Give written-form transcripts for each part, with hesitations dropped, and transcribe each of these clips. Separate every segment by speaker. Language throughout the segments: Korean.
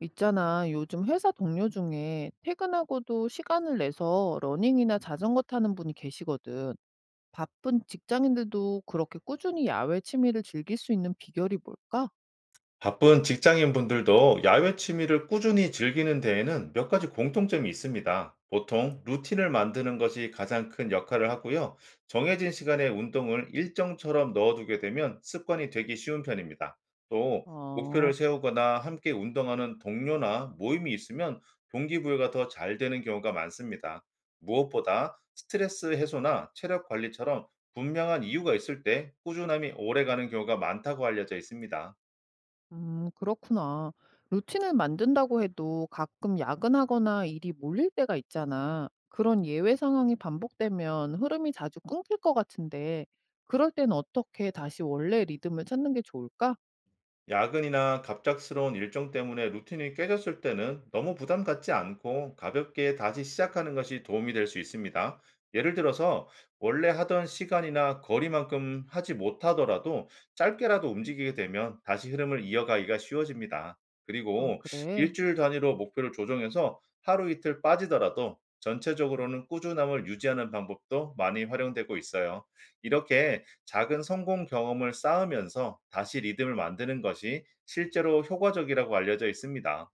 Speaker 1: 있잖아, 요즘 회사 동료 중에 퇴근하고도 시간을 내서 러닝이나 자전거 타는 분이 계시거든. 바쁜 직장인들도 그렇게 꾸준히 야외 취미를 즐길 수 있는 비결이 뭘까?
Speaker 2: 바쁜 직장인 분들도 야외 취미를 꾸준히 즐기는 데에는 몇 가지 공통점이 있습니다. 보통 루틴을 만드는 것이 가장 큰 역할을 하고요. 정해진 시간에 운동을 일정처럼 넣어두게 되면 습관이 되기 쉬운 편입니다. 또 목표를
Speaker 1: 아.
Speaker 2: 세우거나 함께 운동하는 동료나 모임이 있으면 동기부여가 더 잘 되는 경우가 많습니다. 무엇보다 스트레스 해소나 체력 관리처럼 분명한 이유가 있을 때 꾸준함이 오래 가는 경우가 많다고 알려져 있습니다.
Speaker 1: 그렇구나. 루틴을 만든다고 해도 가끔 야근하거나 일이 몰릴 때가 있잖아. 그런 예외 상황이 반복되면 흐름이 자주 끊길 것 같은데, 그럴 땐 어떻게 다시 원래 리듬을 찾는 게 좋을까?
Speaker 2: 야근이나 갑작스러운 일정 때문에 루틴이 깨졌을 때는 너무 부담 갖지 않고 가볍게 다시 시작하는 것이 도움이 될 수 있습니다. 예를 들어서 원래 하던 시간이나 거리만큼 하지 못하더라도 짧게라도 움직이게 되면 다시 흐름을 이어가기가 쉬워집니다.
Speaker 1: 아,
Speaker 2: 그리고
Speaker 1: 그래.
Speaker 2: 일주일 단위로 목표를 조정해서 하루 이틀 빠지더라도 전체적으로는 꾸준함을 유지하는 방법도 많이 활용되고 있어요. 이렇게 작은 성공 경험을 쌓으면서 다시 리듬을 만드는 것이 실제로 효과적이라고 알려져 있습니다.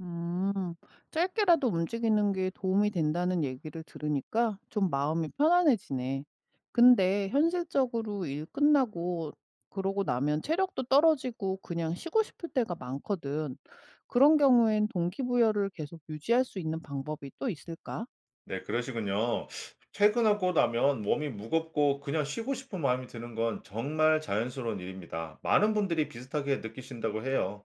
Speaker 1: 음. 짧게라도 움직이는 게 도움이 된다는 얘기를 들으니까 좀 마음이 편안해지네. 근데 현실적으로 일 끝나고 그러고 나면 체력도 떨어지고 그냥 쉬고 싶을 때가 많거든. 그런 경우엔 동기부여를 계속 유지할 수 있는 방법이 또 있을까?
Speaker 2: 네, 그러시군요. 퇴근하고 나면 몸이 무겁고 그냥 쉬고 싶은 마음이 드는 건 정말 자연스러운 일입니다. 많은 분들이 비슷하게 느끼신다고 해요.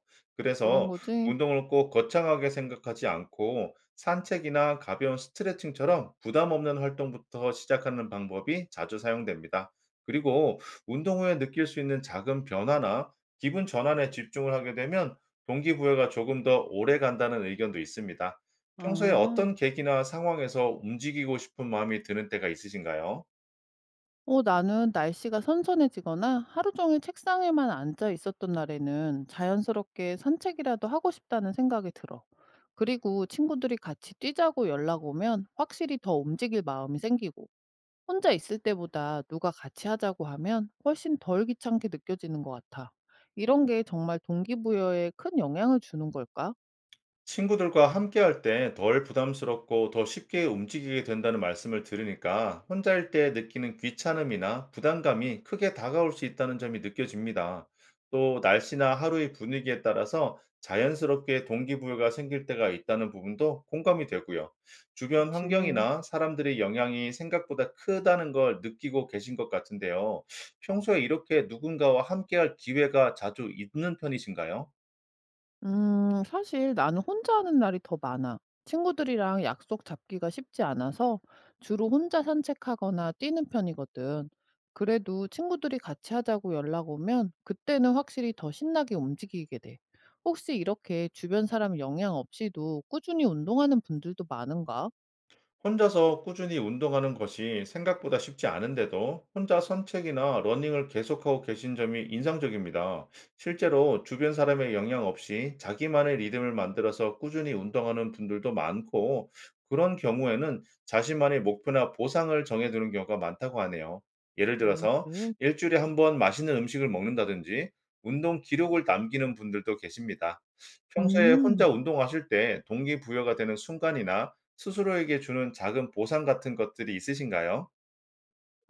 Speaker 1: 그런
Speaker 2: 그래서
Speaker 1: 거지?
Speaker 2: 운동을 꼭 거창하게 생각하지 않고 산책이나 가벼운 스트레칭처럼 부담 없는 활동부터 시작하는 방법이 자주 사용됩니다. 그리고 운동 후에 느낄 수 있는 작은 변화나 기분 전환에 집중을 하게 되면 동기부여가 조금 더 오래 간다는 의견도 있습니다. 평소에
Speaker 1: 아.
Speaker 2: 어떤 계기나 상황에서 움직이고 싶은 마음이 드는 때가 있으신가요?
Speaker 1: 어, 나는 날씨가 선선해지거나 하루 종일 책상에만 앉아 있었던 날에는 자연스럽게 산책이라도 하고 싶다는 생각이 들어. 그리고 친구들이 같이 뛰자고 연락 오면 확실히 더 움직일 마음이 생기고, 혼자 있을 때보다 누가 같이 하자고 하면 훨씬 덜 귀찮게 느껴지는 것 같아. 이런 게 정말 동기부여에 큰 영향을 주는 걸까?
Speaker 2: 친구들과 함께 할 때 덜 부담스럽고 더 쉽게 움직이게 된다는 말씀을 들으니까 혼자일 때 느끼는 귀찮음이나 부담감이 크게 다가올 수 있다는 점이 느껴집니다. 또 날씨나 하루의 분위기에 따라서 자연스럽게 동기부여가 생길 때가 있다는 부분도 공감이 되고요. 주변
Speaker 1: 그치.
Speaker 2: 환경이나 사람들의 영향이 생각보다 크다는 걸 느끼고 계신 것 같은데요. 평소에 이렇게 누군가와 함께할 기회가 자주 있는 편이신가요?
Speaker 1: 음, 사실 나는 혼자 하는 날이 더 많아. 친구들이랑 약속 잡기가 쉽지 않아서 주로 혼자 산책하거나 뛰는 편이거든. 그래도 친구들이 같이 하자고 연락 오면 그때는 확실히 더 신나게 움직이게 돼. 혹시 이렇게 주변 사람 영향 없이도 꾸준히 운동하는 분들도 많은가?
Speaker 2: 혼자서 꾸준히 운동하는 것이 생각보다 쉽지 않은데도 혼자 산책이나 러닝을 계속하고 계신 점이 인상적입니다. 실제로 주변 사람의 영향 없이 자기만의 리듬을 만들어서 꾸준히 운동하는 분들도 많고, 그런 경우에는 자신만의 목표나 보상을 정해두는 경우가 많다고 하네요. 예를
Speaker 1: 아,
Speaker 2: 들어서
Speaker 1: 그래?
Speaker 2: 일주일에 한번 맛있는 음식을 먹는다든지 운동 기록을 남기는 분들도 계십니다. 평소에
Speaker 1: 음.
Speaker 2: 혼자 운동하실 때 동기부여가 되는 순간이나 스스로에게 주는 작은 보상 같은 것들이 있으신가요?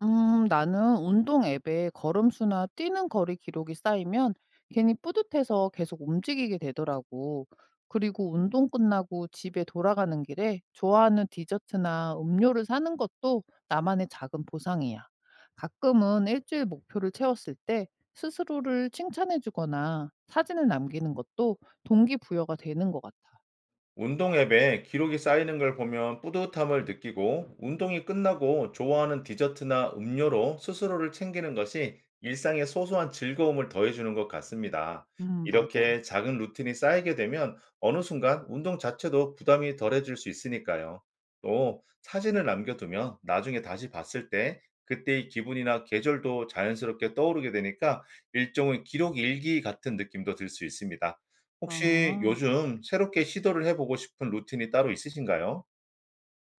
Speaker 1: 나는 운동 앱에 걸음수나 뛰는 거리 기록이 쌓이면 괜히 뿌듯해서 계속 움직이게 되더라고. 그리고 운동 끝나고 집에 돌아가는 길에 좋아하는 디저트나 음료를 사는 것도 나만의 작은 보상이야. 가끔은 일주일 목표를 채웠을 때 스스로를 칭찬해주거나 사진을 남기는 것도 동기부여가 되는 것 같아.
Speaker 2: 운동 앱에 기록이 쌓이는 걸 보면 뿌듯함을 느끼고, 운동이 끝나고 좋아하는 디저트나 음료로 스스로를 챙기는 것이 일상의 소소한 즐거움을 더해주는 것 같습니다.
Speaker 1: 맞아.
Speaker 2: 이렇게 작은 루틴이 쌓이게 되면 어느 순간 운동 자체도 부담이 덜해질 수 있으니까요. 또 사진을 남겨두면 나중에 다시 봤을 때 그때의 기분이나 계절도 자연스럽게 떠오르게 되니까 일종의 기록 일기 같은 느낌도 들 수 있습니다. 혹시
Speaker 1: 아.
Speaker 2: 요즘 새롭게 시도를 해 보고 싶은 루틴이 따로 있으신가요?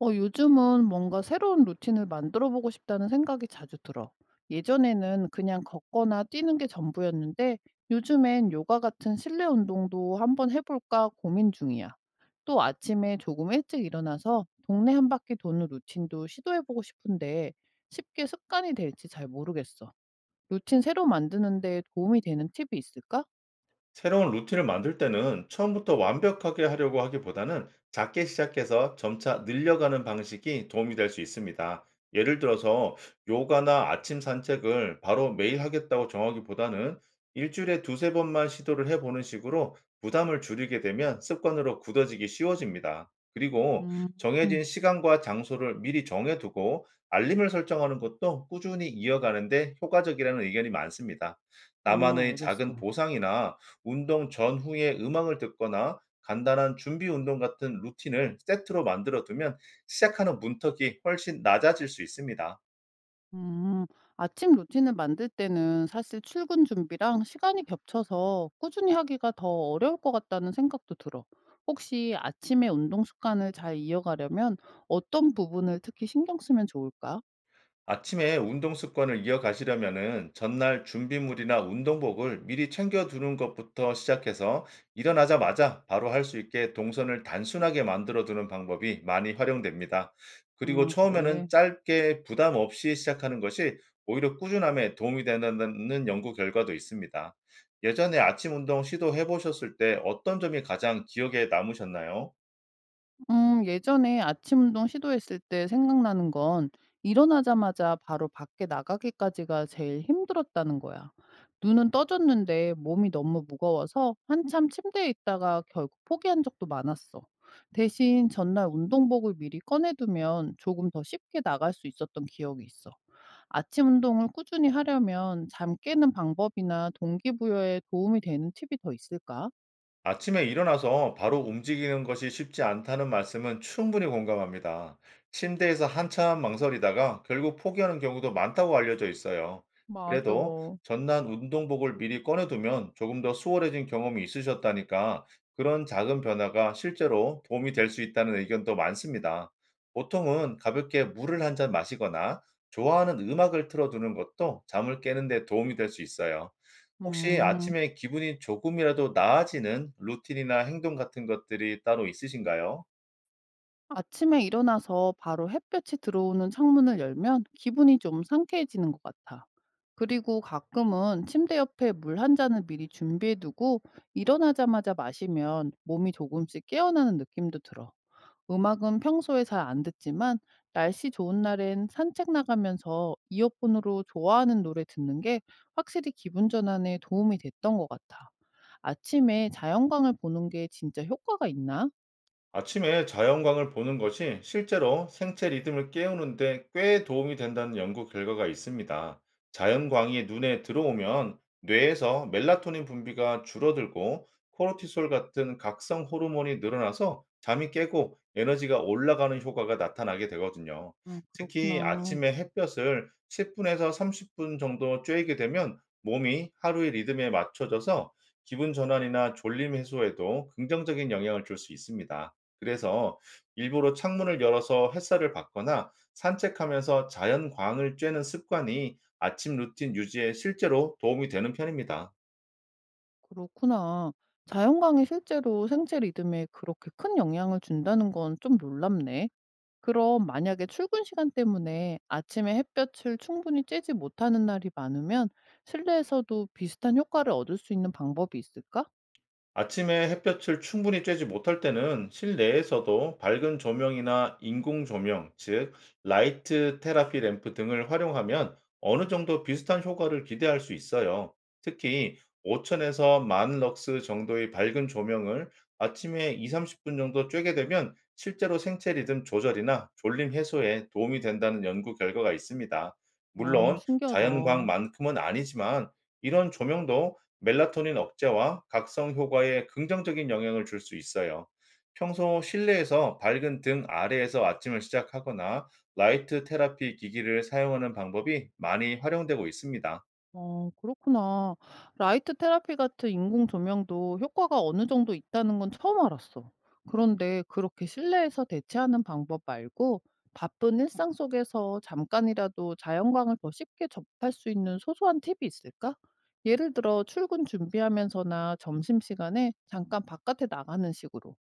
Speaker 1: 어, 요즘은 뭔가 새로운 루틴을 만들어 보고 싶다는 생각이 자주 들어. 예전에는 그냥 걷거나 뛰는 게 전부였는데 요즘엔 요가 같은 실내 운동도 한번 해볼까 고민 중이야. 또 아침에 조금 일찍 일어나서 동네 한 바퀴 도는 루틴도 시도해 보고 싶은데 쉽게 습관이 될지 잘 모르겠어. 루틴 새로 만드는데 도움이 되는 팁이 있을까?
Speaker 2: 새로운 루틴을 만들 때는 처음부터 완벽하게 하려고 하기보다는 작게 시작해서 점차 늘려가는 방식이 도움이 될 수 있습니다. 예를 들어서 요가나 아침 산책을 바로 매일 하겠다고 정하기보다는 일주일에 두세 번만 시도를 해보는 식으로 부담을 줄이게 되면 습관으로 굳어지기 쉬워집니다. 그리고
Speaker 1: 음. 음.
Speaker 2: 정해진 시간과 장소를 미리 정해두고 알림을 설정하는 것도 꾸준히 이어가는데 효과적이라는 의견이 많습니다.
Speaker 1: 어,
Speaker 2: 나만의 작은
Speaker 1: 알겠어.
Speaker 2: 보상이나 운동 전후에 음악을 듣거나 간단한 준비 운동 같은 루틴을 세트로 만들어 두면 시작하는 문턱이 훨씬 낮아질 수 있습니다.
Speaker 1: 음, 아침 루틴을 만들 때는 사실 출근 준비랑 시간이 겹쳐서 꾸준히 하기가 더 어려울 것 같다는 생각도 들어. 혹시 아침에 운동 습관을 잘 이어가려면 어떤 부분을 특히 신경 쓰면 좋을까?
Speaker 2: 아침에 운동 습관을 이어가시려면은 전날 준비물이나 운동복을 미리 챙겨두는 것부터 시작해서 일어나자마자 바로 할 수 있게 동선을 단순하게 만들어두는 방법이 많이 활용됩니다. 그리고
Speaker 1: 아,
Speaker 2: 처음에는
Speaker 1: 그래.
Speaker 2: 짧게 부담 없이 시작하는 것이 오히려 꾸준함에 도움이 된다는 연구 결과도 있습니다. 예전에 아침 운동 시도해 보셨을 때 어떤 점이 가장 기억에 남으셨나요?
Speaker 1: 예전에 아침 운동 시도했을 때 생각나는 건 일어나자마자 바로 밖에 나가기까지가 제일 힘들었다는 거야. 눈은 떠졌는데 몸이 너무 무거워서 한참 침대에 있다가 결국 포기한 적도 많았어. 대신 전날 운동복을 미리 꺼내두면 조금 더 쉽게 나갈 수 있었던 기억이 있어. 아침 운동을 꾸준히 하려면 잠 깨는 방법이나 동기부여에 도움이 되는 팁이 더 있을까?
Speaker 2: 아침에 일어나서 바로 움직이는 것이 쉽지 않다는 말씀은 충분히 공감합니다. 침대에서 한참 망설이다가 결국 포기하는 경우도 많다고 알려져 있어요. 그래도
Speaker 1: 맞아.
Speaker 2: 전날 운동복을 미리 꺼내두면 조금 더 수월해진 경험이 있으셨다니까 그런 작은 변화가 실제로 도움이 될 수 있다는 의견도 많습니다. 보통은 가볍게 물을 한잔 마시거나 좋아하는 음악을 틀어두는 것도 잠을 깨는 데 도움이 될 수 있어요. 혹시
Speaker 1: 음.
Speaker 2: 아침에 기분이 조금이라도 나아지는 루틴이나 행동 같은 것들이 따로 있으신가요?
Speaker 1: 아침에 일어나서 바로 햇볕이 들어오는 창문을 열면 기분이 좀 상쾌해지는 것 같아. 그리고 가끔은 침대 옆에 물 한 잔을 미리 준비해두고 일어나자마자 마시면 몸이 조금씩 깨어나는 느낌도 들어. 음악은 평소에 잘 안 듣지만 날씨 좋은 날엔 산책 나가면서 이어폰으로 좋아하는 노래 듣는 게 확실히 기분 전환에 도움이 됐던 것 같아. 아침에 자연광을 보는 게 진짜 효과가 있나?
Speaker 2: 아침에 자연광을 보는 것이 실제로 생체 리듬을 깨우는데 꽤 도움이 된다는 연구 결과가 있습니다. 자연광이 눈에 들어오면 뇌에서 멜라토닌 분비가 줄어들고 코르티솔 같은 각성 호르몬이 늘어나서 잠이 깨고 에너지가 올라가는 효과가 나타나게 되거든요.
Speaker 1: 아,
Speaker 2: 특히
Speaker 1: 그렇구나.
Speaker 2: 아침에 햇볕을 10분에서 30분 정도 쬐게 되면 몸이 하루의 리듬에 맞춰져서 기분 전환이나 졸림 해소에도 긍정적인 영향을 줄 수 있습니다. 그래서 일부러 창문을 열어서 햇살을 받거나 산책하면서 자연광을 쬐는 습관이 아침 루틴 유지에 실제로 도움이 되는 편입니다.
Speaker 1: 그렇구나. 자연광이 실제로 생체 리듬에 그렇게 큰 영향을 준다는 건 좀 놀랍네. 그럼 만약에 출근 시간 때문에 아침에 햇볕을 충분히 쬐지 못하는 날이 많으면 실내에서도 비슷한 효과를 얻을 수 있는 방법이 있을까?
Speaker 2: 아침에 햇볕을 충분히 쬐지 못할 때는 실내에서도 밝은 조명이나 인공 조명, 즉 라이트 테라피 램프 등을 활용하면 어느 정도 비슷한 효과를 기대할 수 있어요. 특히 5천에서 10,000 럭스 정도의 밝은 조명을 아침에 2, 30분 정도 쬐게 되면 실제로 생체 리듬 조절이나 졸림 해소에 도움이 된다는 연구 결과가 있습니다.
Speaker 1: 어,
Speaker 2: 물론
Speaker 1: 신기하다.
Speaker 2: 자연광만큼은 아니지만 이런 조명도 멜라토닌 억제와 각성 효과에 긍정적인 영향을 줄 수 있어요. 평소 실내에서 밝은 등 아래에서 아침을 시작하거나 라이트 테라피 기기를 사용하는 방법이 많이 활용되고 있습니다.
Speaker 1: 어, 그렇구나. 라이트 테라피 같은 인공 조명도 효과가 어느 정도 있다는 건 처음 알았어. 그런데 그렇게 실내에서 대체하는 방법 말고 바쁜 일상 속에서 잠깐이라도 자연광을 더 쉽게 접할 수 있는 소소한 팁이 있을까? 예를 들어 출근 준비하면서나 점심시간에 잠깐 바깥에 나가는 식으로.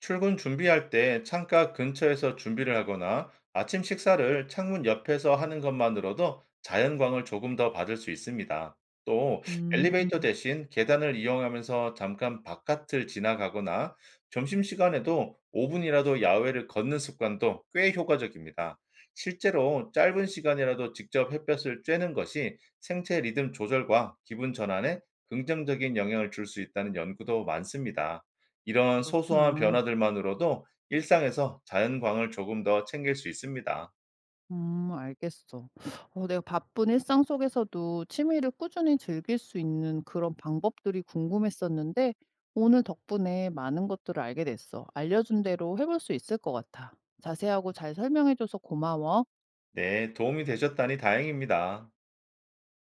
Speaker 2: 출근 준비할 때 창가 근처에서 준비를 하거나 아침 식사를 창문 옆에서 하는 것만으로도 자연광을 조금 더 받을 수 있습니다. 또 엘리베이터
Speaker 1: 음,
Speaker 2: 대신 계단을 이용하면서 잠깐 바깥을 지나가거나 점심시간에도 5분이라도 야외를 걷는 습관도 꽤 효과적입니다. 실제로 짧은 시간이라도 직접 햇볕을 쬐는 것이 생체 리듬 조절과 기분 전환에 긍정적인 영향을 줄 수 있다는 연구도 많습니다. 이런 소소한
Speaker 1: 그렇구나.
Speaker 2: 변화들만으로도 일상에서 자연광을 조금 더 챙길 수 있습니다.
Speaker 1: 음, 알겠어. 어, 내가 바쁜 일상 속에서도 취미를 꾸준히 즐길 수 있는 그런 방법들이 궁금했었는데 오늘 덕분에 많은 것들을 알게 됐어. 알려준 대로 해볼 수 있을 것 같아. 자세하고 잘 설명해줘서 고마워.
Speaker 2: 네, 도움이 되셨다니 다행입니다.